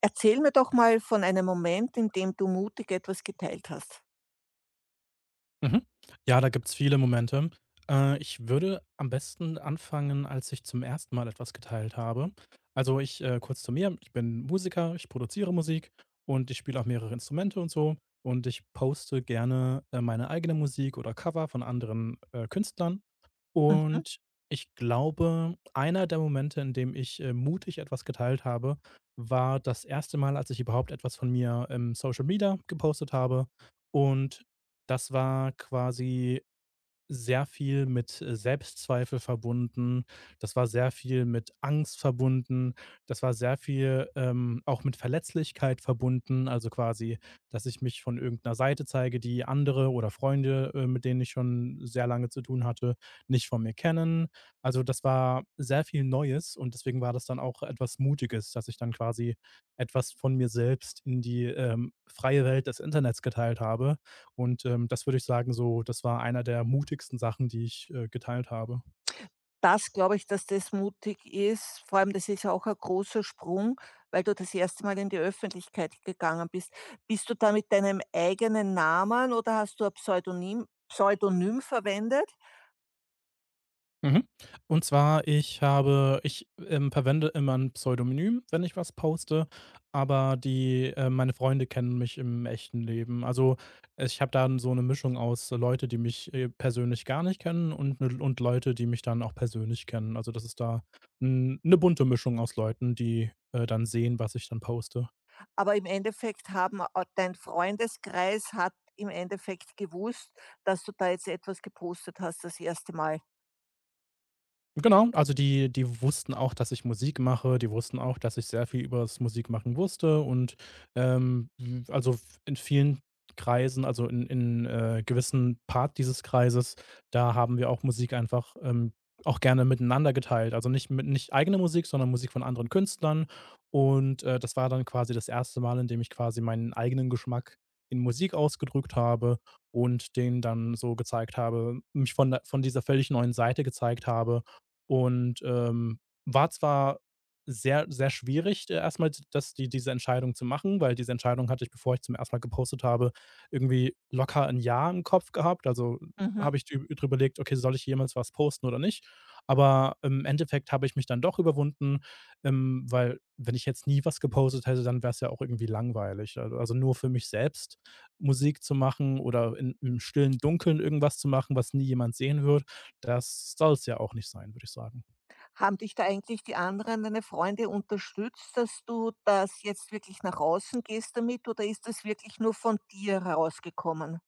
Erzähl mir doch mal von einem Moment, in dem du mutig etwas geteilt hast. Mhm. Ja, da gibt's viele Momente. Ich würde am besten anfangen, als ich zum ersten Mal etwas geteilt habe. Also ich kurz zu mir, ich bin Musiker, ich produziere Musik und ich spiele auch mehrere Instrumente und so. Und ich poste gerne meine eigene Musik oder Cover von anderen Künstlern. Mhm. Und ich glaube, einer der Momente, in dem ich mutig etwas geteilt habe, war das erste Mal, als ich überhaupt etwas von mir im Social Media gepostet habe. Und das war quasi sehr viel mit Selbstzweifel verbunden. Das war sehr viel mit Angst verbunden. Das war sehr viel, auch mit Verletzlichkeit verbunden. Also, quasi, dass ich mich von irgendeiner Seite zeige, die andere oder Freunde, mit denen ich schon sehr lange zu tun hatte, nicht von mir kennen. Also, das war sehr viel Neues und deswegen war das dann auch etwas Mutiges, dass ich dann quasi etwas von mir selbst in die, freie Welt des Internets geteilt habe. Und, das würde ich sagen, so das war einer der mutigsten Sachen, die ich geteilt habe. Das glaube ich, dass das mutig ist. Vor allem, das ist ja auch ein großer Sprung, weil du das erste Mal in die Öffentlichkeit gegangen bist. Bist du da mit deinem eigenen Namen oder hast du ein Pseudonym verwendet? Mhm. Und zwar, ich verwende immer ein Pseudonym, wenn ich was poste, aber meine Freunde kennen mich im echten Leben. Also, ich habe dann so eine Mischung aus Leute, die mich persönlich gar nicht kennen und Leute, die mich dann auch persönlich kennen. Also, das ist da eine bunte Mischung aus Leuten, die, dann sehen, was ich dann poste. Aber im Endeffekt haben a dein Freundeskreis hat im Endeffekt gewusst, dass du da jetzt etwas gepostet hast das erste Mal. Genau, also die wussten auch, dass ich Musik mache. Die wussten auch, dass ich sehr viel über das Musikmachen wusste und, w also f in vielen Kreisen, also in gewissen Part dieses Kreises, da haben wir auch Musik einfach, auch gerne miteinander geteilt. Also nicht eigene Musik, sondern Musik von anderen Künstlern. Und, das war dann quasi das erste Mal, in dem ich quasi meinen eigenen Geschmack in Musik ausgedrückt habe und den dann so gezeigt habe mich von der von dieser völlig neuen Seite gezeigt habe und, war zwar sehr, sehr schwierig, erst das die diese Entscheidung zu machen, weil diese Entscheidung hatte ich, bevor ich zum ersten Mal gepostet habe, irgendwie locker ein Jahr im Kopf gehabt. Also, Mhm. habe ich drüber überlegt: „Okay, soll ich jemals was posten oder nicht?“ Aber im Endeffekt habe ich mich dann doch überwunden, weil wenn ich jetzt nie was gepostet hätte, dann wäre es ja auch irgendwie langweilig. Al Also, nur für mich selbst Musik zu machen oder in im stillen Dunkeln irgendwas zu machen, was nie jemand sehen wird, das soll es ja auch nicht sein, würde ich sagen. Haben dich da eigentlich die anderen, deine Freunde unterstützt, dass du das jetzt wirklich nach außen gehst damit oder ist das wirklich nur von dir herausgekommen?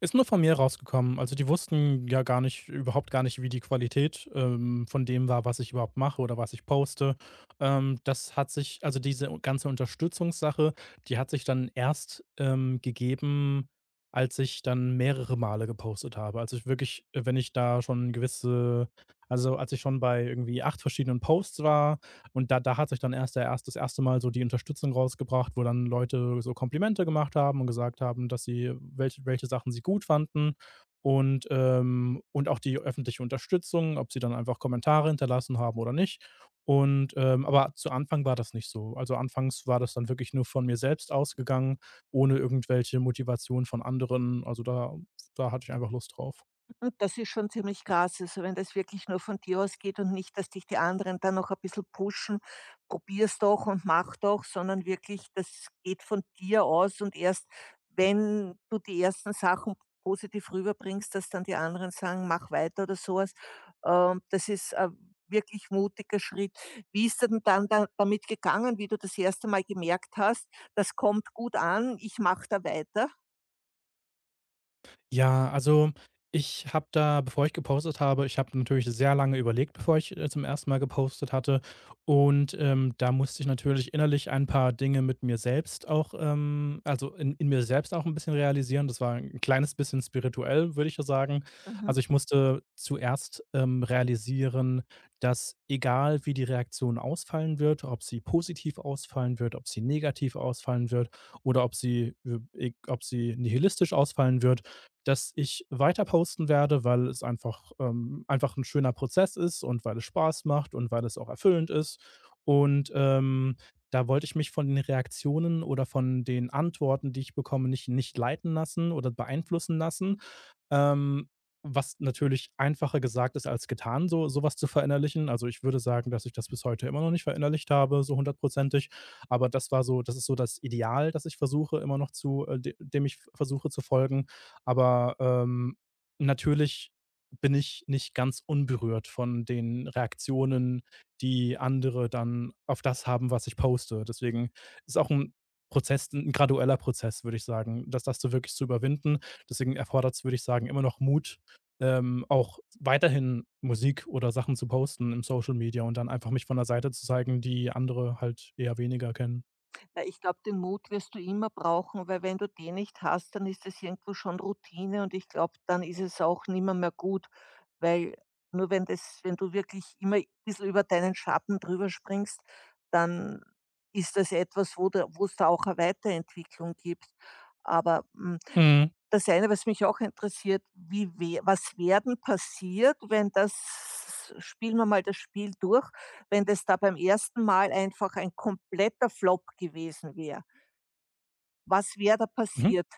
Ist nur von mir rausgekommen. Also, die wussten ja gar nicht überhaupt gar nicht, wie die Qualität, von dem war, was ich überhaupt mache oder was ich poste. Das hat sich diese ganze Unterstützungssache, die hat sich dann erst, gegeben, als ich dann mehrere Male gepostet habe. Also, ich wirklich wenn ich da schon gewisse also, als ich schon bei irgendwie 8 verschiedenen Posts war, und da hat sich dann erst das erste Mal so die Unterstützung rausgebracht, wo dann Leute so Komplimente gemacht haben und gesagt haben, dass sie welche welche Sachen sie gut fanden und auch die öffentliche Unterstützung, ob sie dann einfach Kommentare hinterlassen haben oder nicht. Und, aber zu Anfang war das nicht so. Also, anfangs war das dann wirklich nur von mir selbst ausgegangen, ohne irgendwelche Motivation von anderen. Also, da hatte ich einfach Lust drauf. Und das ist schon ziemlich krass. Also, wenn das wirklich nur von dir ausgeht und nicht, dass dich die anderen dann noch ein bisschen pushen, probier's doch und mach doch, sondern wirklich, das geht von dir aus und erst, wenn du die ersten Sachen positiv rüberbringst, dass dann die anderen sagen, mach weiter oder sowas. Das ist ein wirklich mutiger Schritt. Wie ist denn dann da, damit gegangen, wie du das erste Mal gemerkt hast, das kommt gut an, ich mache da weiter? Ja, also ich habe natürlich sehr lange überlegt, bevor ich, zum ersten Mal gepostet hatte. Und, da musste ich natürlich innerlich ein paar Dinge mit mir selbst auch, also in mir selbst auch ein bisschen realisieren. Das war ein kleines bisschen spirituell, würde ich ja sagen. Mhm. Also, ich musste zuerst, realisieren, dass egal wie die Reaktion ausfallen wird, ob sie positiv ausfallen wird, ob sie negativ ausfallen wird oder ob sie, e ob sie nihilistisch ausfallen wird, dass ich weiter posten werde, weil es einfach einfach ein schöner Prozess ist und weil es Spaß macht und weil es auch erfüllend ist. Und, da wollte ich mich von den Reaktionen oder von den Antworten, die ich bekomme, nicht leiten lassen oder beeinflussen lassen, ähm, was natürlich einfacher gesagt ist als getan, so sowas zu verinnerlichen. Also, ich würde sagen, dass ich das bis heute immer noch nicht verinnerlicht habe, so hundertprozentig. Aber das ist so das Ideal, das ich versuche immer noch zu de dem ich versuche zu folgen. Aber, natürlich bin ich nicht ganz unberührt von den Reaktionen, die andere dann auf das haben, was ich poste. Deswegen ist auch ein Prozess ein gradueller Prozess, würde ich sagen, dass das so wirklich zu überwinden. Deswegen erfordert es, würde ich sagen, immer noch Mut, auch weiterhin Musik oder Sachen zu posten im Social Media und dann einfach mich von der Seite zu zeigen, die andere halt eher weniger kennen. Ja, ich glaube, den Mut wirst du immer brauchen, weil wenn du den nicht hast, dann ist es irgendwo schon Routine und ich glaube, dann ist es auch nimmer mehr gut, weil nur wenn du wirklich immer ein bissel über deinen Schatten drüber springst, dann ist das etwas, wo's da auch eine Weiterentwicklung gibt. Aber, Mhm. das eine, was mich auch interessiert, wie we was werden passiert, wenn das spielen wir mal das Spiel durch, wenn das da beim ersten Mal einfach ein kompletter Flop gewesen wäre? Was wäre da Mhm. passiert?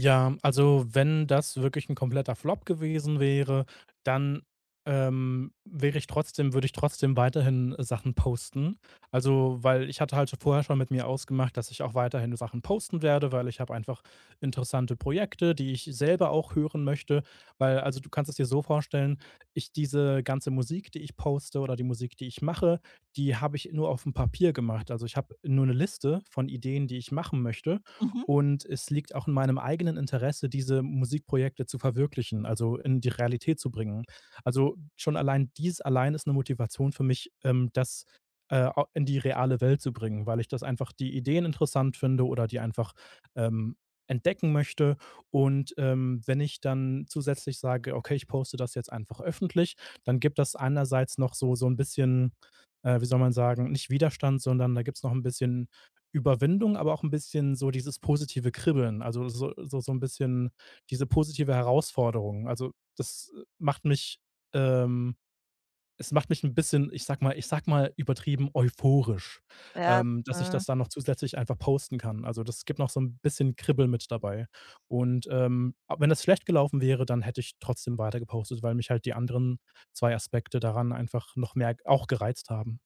Ja, also wenn das wirklich ein kompletter Flop gewesen wäre, dann, wäre ich trotzdem würde ich trotzdem weiterhin Sachen posten. Also, weil ich hatte halt vorher schon mit mir ausgemacht, dass ich auch weiterhin Sachen posten werde, weil ich habe einfach interessante Projekte, die ich selber auch hören möchte. Weil also du kannst es dir so vorstellen, ich diese ganze Musik, die ich poste oder die Musik, die ich mache, die habe ich nur auf dem Papier gemacht. Also, ich habe nur eine Liste von Ideen, die ich machen möchte Mhm. und es liegt auch in meinem eigenen Interesse, diese Musikprojekte zu verwirklichen, also in die Realität zu bringen. Also schon allein ist eine Motivation für mich, das, au in die reale Welt zu bringen, weil ich das einfach die Ideen interessant finde oder die einfach, ähm, entdecken möchte. Und, wenn ich dann zusätzlich sage: „Okay, ich poste das jetzt einfach öffentlich“, dann gibt das einerseits noch so ein bisschen, wie soll man sagen, nicht Widerstand, sondern da gibt's noch ein bisschen Überwindung, aber auch ein bisschen so dieses positive Kribbeln, also so 'n bisschen diese positive Herausforderung. Also, das macht mich ähm, es macht mich ein bisschen, ich sag mal übertrieben euphorisch, Ja, dass ich mhm. das dann noch zusätzlich einfach posten kann. Also, das gibt noch so ein bisschen Kribbel mit dabei. Und, a wenn das schlecht gelaufen wäre, dann hätte ich trotzdem weiter gepostet, weil mich halt die anderen 2 Aspekte daran einfach noch mehr auch gereizt haben.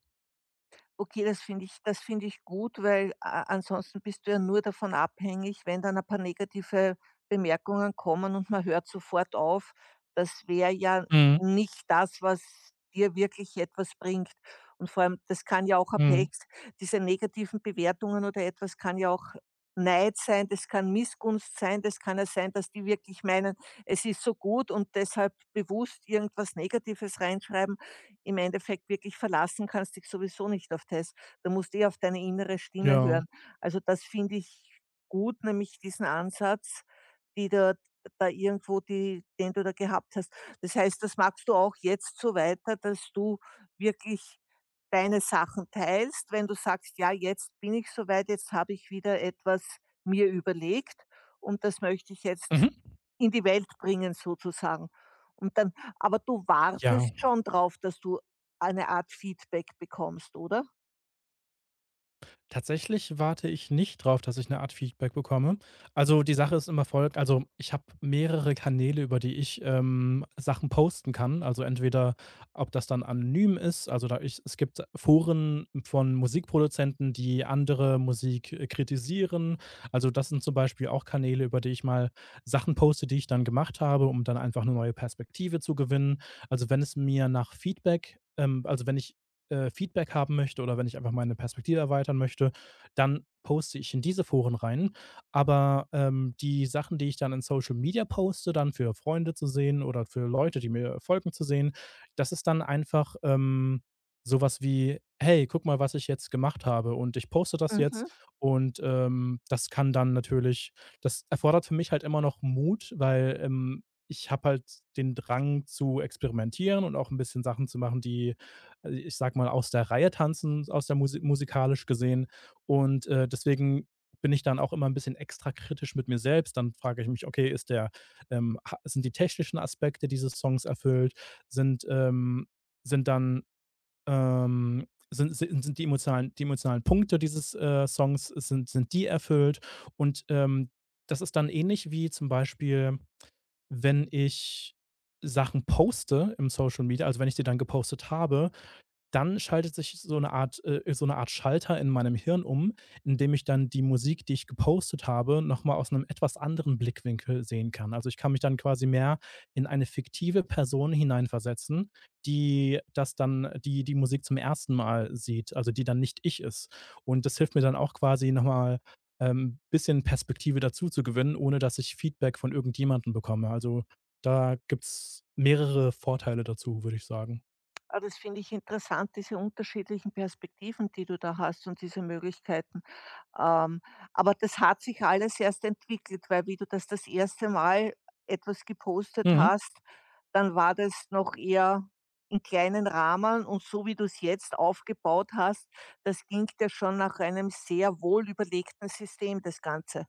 Okay, das finde ich gut, weil a ansonsten bist du ja nur davon abhängig, wenn dann ein paar negative Bemerkungen kommen und man hört sofort auf. Das wäre ja Mhm, nicht das, was dir wirklich etwas bringt. Und vor allem, das kann ja auch ein mhm, Pech, diese negativen Bewertungen oder etwas kann ja auch Neid sein, das kann Missgunst sein, das kann ja sein, dass die wirklich meinen, es ist so gut und deshalb bewusst irgendwas Negatives reinschreiben. Im Endeffekt wirklich verlassen kannst dich sowieso nicht auf das. Du eh auf deine innere Stimme ja. hören. Also, das finde ich gut, nämlich diesen Ansatz, die da irgendwo die den du da gehabt hast. Das heißt, das machst du auch jetzt so weiter, dass du wirklich deine Sachen teilst, wenn du sagst: „Ja, jetzt bin ich so weit, jetzt habe ich wieder etwas mir überlegt und das möchte ich jetzt Mhm. in die Welt bringen sozusagen.“ Und dann, aber du Ja. wartest schon drauf, dass du eine Art Feedback bekommst, oder? Tatsächlich warte ich nicht drauf, dass ich eine Art Feedback bekomme. Also, die Sache ist immer folgt also, ich habe mehrere Kanäle, über die ich, Sachen posten kann. Also, entweder ob das dann anonym ist, also, da ich es gibt Foren von Musikproduzenten, die andere Musik, kritisieren. Also, das sind zum Beispiel auch Kanäle, über die ich mal Sachen poste, die ich dann gemacht habe, um dann einfach eine neue Perspektive zu gewinnen. Also, wenn es mir nach Feedback also, wenn ich Feedback haben möchte oder wenn ich einfach meine Perspektive erweitern möchte, dann poste ich in diese Foren rein. Aber, die Sachen, die ich dann in Social Media poste, dann für Freunde zu sehen oder für Leute, die mir folgen, zu sehen, das ist dann einfach, so wie: „Hey, guck mal, was ich jetzt gemacht habe und ich poste das Mhm. jetzt.“ Und, das kann dann natürlich das erfordert für mich halt immer noch Mut, weil, ich habe halt den Drang zu experimentieren und auch ein bisschen Sachen zu machen, die also, ich sag mal, aus der Reihe tanzen, aus der musikalisch gesehen. Und, deswegen bin ich dann auch immer ein bisschen extra kritisch mit mir selbst. Dann frage ich mich: „Okay, ist der, ha sind die technischen Aspekte dieses Songs erfüllt? Sind, sind dann, sind sind Sind die emotionalen Punkte dieses, Songs sind die erfüllt?“ Und, das ist dann ähnlich wie zum Beispiel, wenn ich Sachen poste im Social Media, also, wenn ich die dann gepostet habe, dann schaltet sich so eine Art Schalter in meinem Hirn um, indem ich dann die Musik, die ich gepostet habe, noch mal aus einem etwas anderen Blickwinkel sehen kann. Also, ich kann mich dann quasi mehr in eine fiktive Person hineinversetzen, die das dann die Musik zum ersten Mal sieht, also, die dann nicht ich ist. Und das hilft mir dann auch quasi noch mal, bisschen Perspektive dazu zu gewinnen, ohne dass ich Feedback von irgendjemandem bekomme. Also, da gibt's mehrere Vorteile dazu, würde ich sagen. Ah, das finde ich interessant, diese unterschiedlichen Perspektiven, die du da hast und diese Möglichkeiten. Ähm, aber das hat sich alles erst entwickelt, weil wie du das erste Mal etwas gepostet Mhm. hast. Dann war das noch eher in kleinen Rahmen und so wie du es jetzt aufgebaut hast, das klingt ja schon nach einem sehr wohlüberlegten System, das Ganze,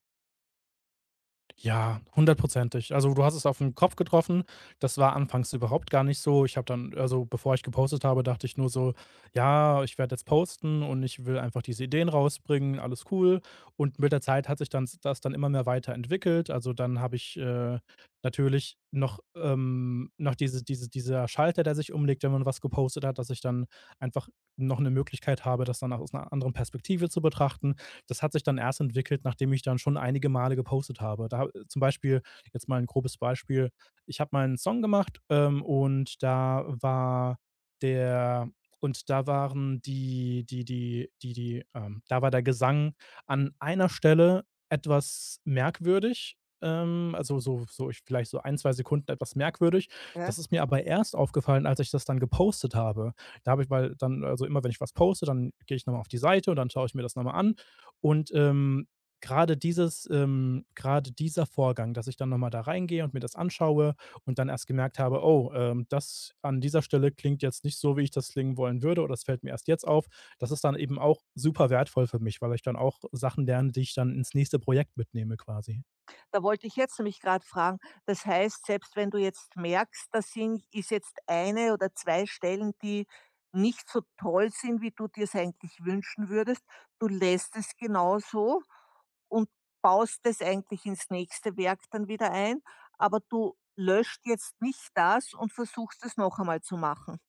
Ja, hundertprozentig. Also, du hast es auf den Kopf getroffen. Das war anfangs überhaupt gar nicht so. Ich habe dann also, bevor ich gepostet habe, dachte ich nur so: „Ja, ich werde jetzt posten und ich will einfach diese Ideen rausbringen, alles cool." Und mit der Zeit hat sich dann s das dann immer mehr weiterentwickelt. Also, dann habe ich, natürlich noch diese dieser Schalter, der sich umlegt, wenn man was gepostet hat, dass ich dann einfach noch eine Möglichkeit habe, das dann aus einer anderen Perspektive zu betrachten. Das hat sich dann erst entwickelt, nachdem ich dann schon einige Male gepostet habe. Da zum Beispiel, jetzt mal ein grobes Beispiel, ich habe mal einen Song gemacht, und da war der und da waren die die die die die da war der Gesang an einer Stelle etwas merkwürdig, also ich vielleicht so ein 2 Sekunden etwas merkwürdig. ja? Das ist mir aber erst aufgefallen, als ich das dann gepostet habe. Da habe ich Weil dann also immer, wenn ich was poste, dann gehe ich noch mal auf die Seite und dann schaue ich mir das noch mal an und, gerade dieses gerade dieser Vorgang, dass ich dann noch mal da reingehe und mir das anschaue und dann erst gemerkt habe: „Oh, das an dieser Stelle klingt jetzt nicht so, wie ich das klingen wollen würde, oder es fällt mir erst jetzt auf." Das ist dann eben auch super wertvoll für mich, weil ich dann auch Sachen lerne, die ich dann ins nächste Projekt mitnehme quasi. Da wollte ich jetzt nämlich gerade fragen, das heißt, selbst wenn du jetzt merkst, da sind ist jetzt eine oder 2 Stellen, die nicht so toll sind, wie du dir's eigentlich wünschen würdest, du lässt es genau so und baust es eigentlich ins nächste Werk dann wieder ein, aber du löscht jetzt nicht das und versuchst es noch einmal zu machen.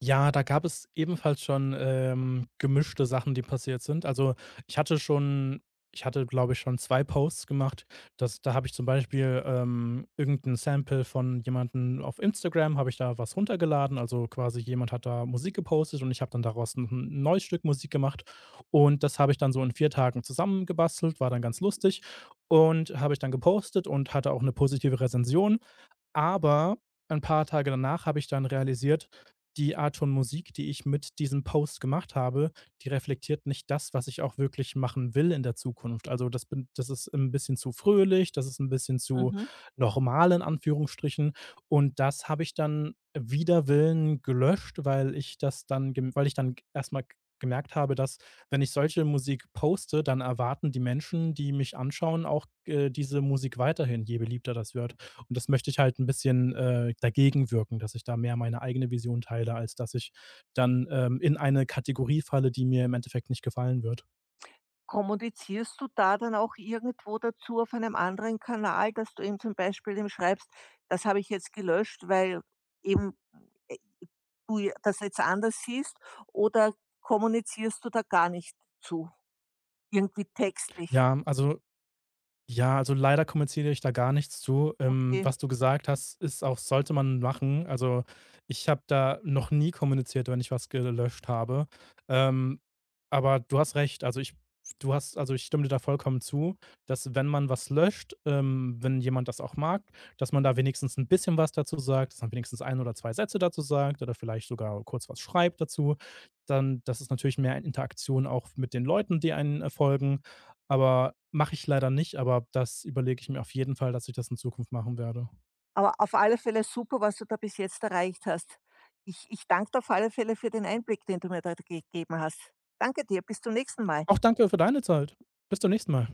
Ja, da gab es ebenfalls schon, gemischte Sachen, die passiert sind. Also, ich hatte schon ich hatte, glaube ich, schon 2 Posts gemacht. Das Da habe ich zum Beispiel, irgend Sample von jemandem auf Instagram habe ich da was runtergeladen. Also, quasi jemand hat da Musik gepostet und ich habe dann daraus ein 'n neues Stück Musik gemacht. Und das habe ich dann so in 4 Tagen zusammengebastelt, war dann ganz lustig und habe ich dann gepostet und hatte auch eine positive Rezension. Aber ein paar Tage danach habe ich dann realisiert, die Art von Musik, die ich mit diesem Post gemacht habe, die reflektiert nicht das, was ich auch wirklich machen will in der Zukunft. Also, das ist ein bisschen zu fröhlich, das ist ein bisschen zu Mhm. normal in Anführungsstrichen und das habe ich dann wider Willen gelöscht, weil ich dann erstmal g gemerkt habe, dass, wenn ich solche Musik poste, dann erwarten die Menschen, die mich anschauen, auch, diese Musik weiterhin, je beliebter das wird. Und das möchte ich halt ein bisschen, dagegen wirken, dass ich da mehr meine eigene Vision teile, als dass ich dann, in eine Kategorie falle, die mir im Endeffekt nicht gefallen wird. Kommunizierst du da dann auch irgendwo dazu auf einem anderen Kanal, dass du ihm zum Beispiel ihm schreibst: „Das habe ich jetzt gelöscht, weil eben, äh, du j das jetzt anders siehst“ oder kommunizierst du da gar nicht zu, irgendwie textlich? Ja, also, Ja, also leider kommuniziere ich da gar nichts zu. Okay. Was du gesagt hast, ist auch sollte man machen. Also, ich habe da noch nie kommuniziert, wenn ich was gelöscht habe. Ähm, aber du hast recht. Also, ich du hast Also, ich stimme dir da vollkommen zu, dass wenn man was löscht, wenn jemand das auch mag, dass man da wenigstens ein bisschen was dazu sagt, dass man wenigstens ein oder 2 Sätze dazu sagt oder vielleicht sogar kurz was schreibt dazu. Dann Das ist natürlich mehr Interaktion auch mit den Leuten, die einen, folgen. Aber mache ich leider nicht, aber das überlege ich mir auf jeden Fall, dass ich das in Zukunft machen werde. Aber auf alle Fälle super, was du da bis jetzt erreicht hast. Ich danke dir auf alle Fälle für den Einblick, den du mir da gegeben hast. Danke dir, bis zum nächsten Mal. Auch danke für deine Zeit. Bis zum nächsten Mal.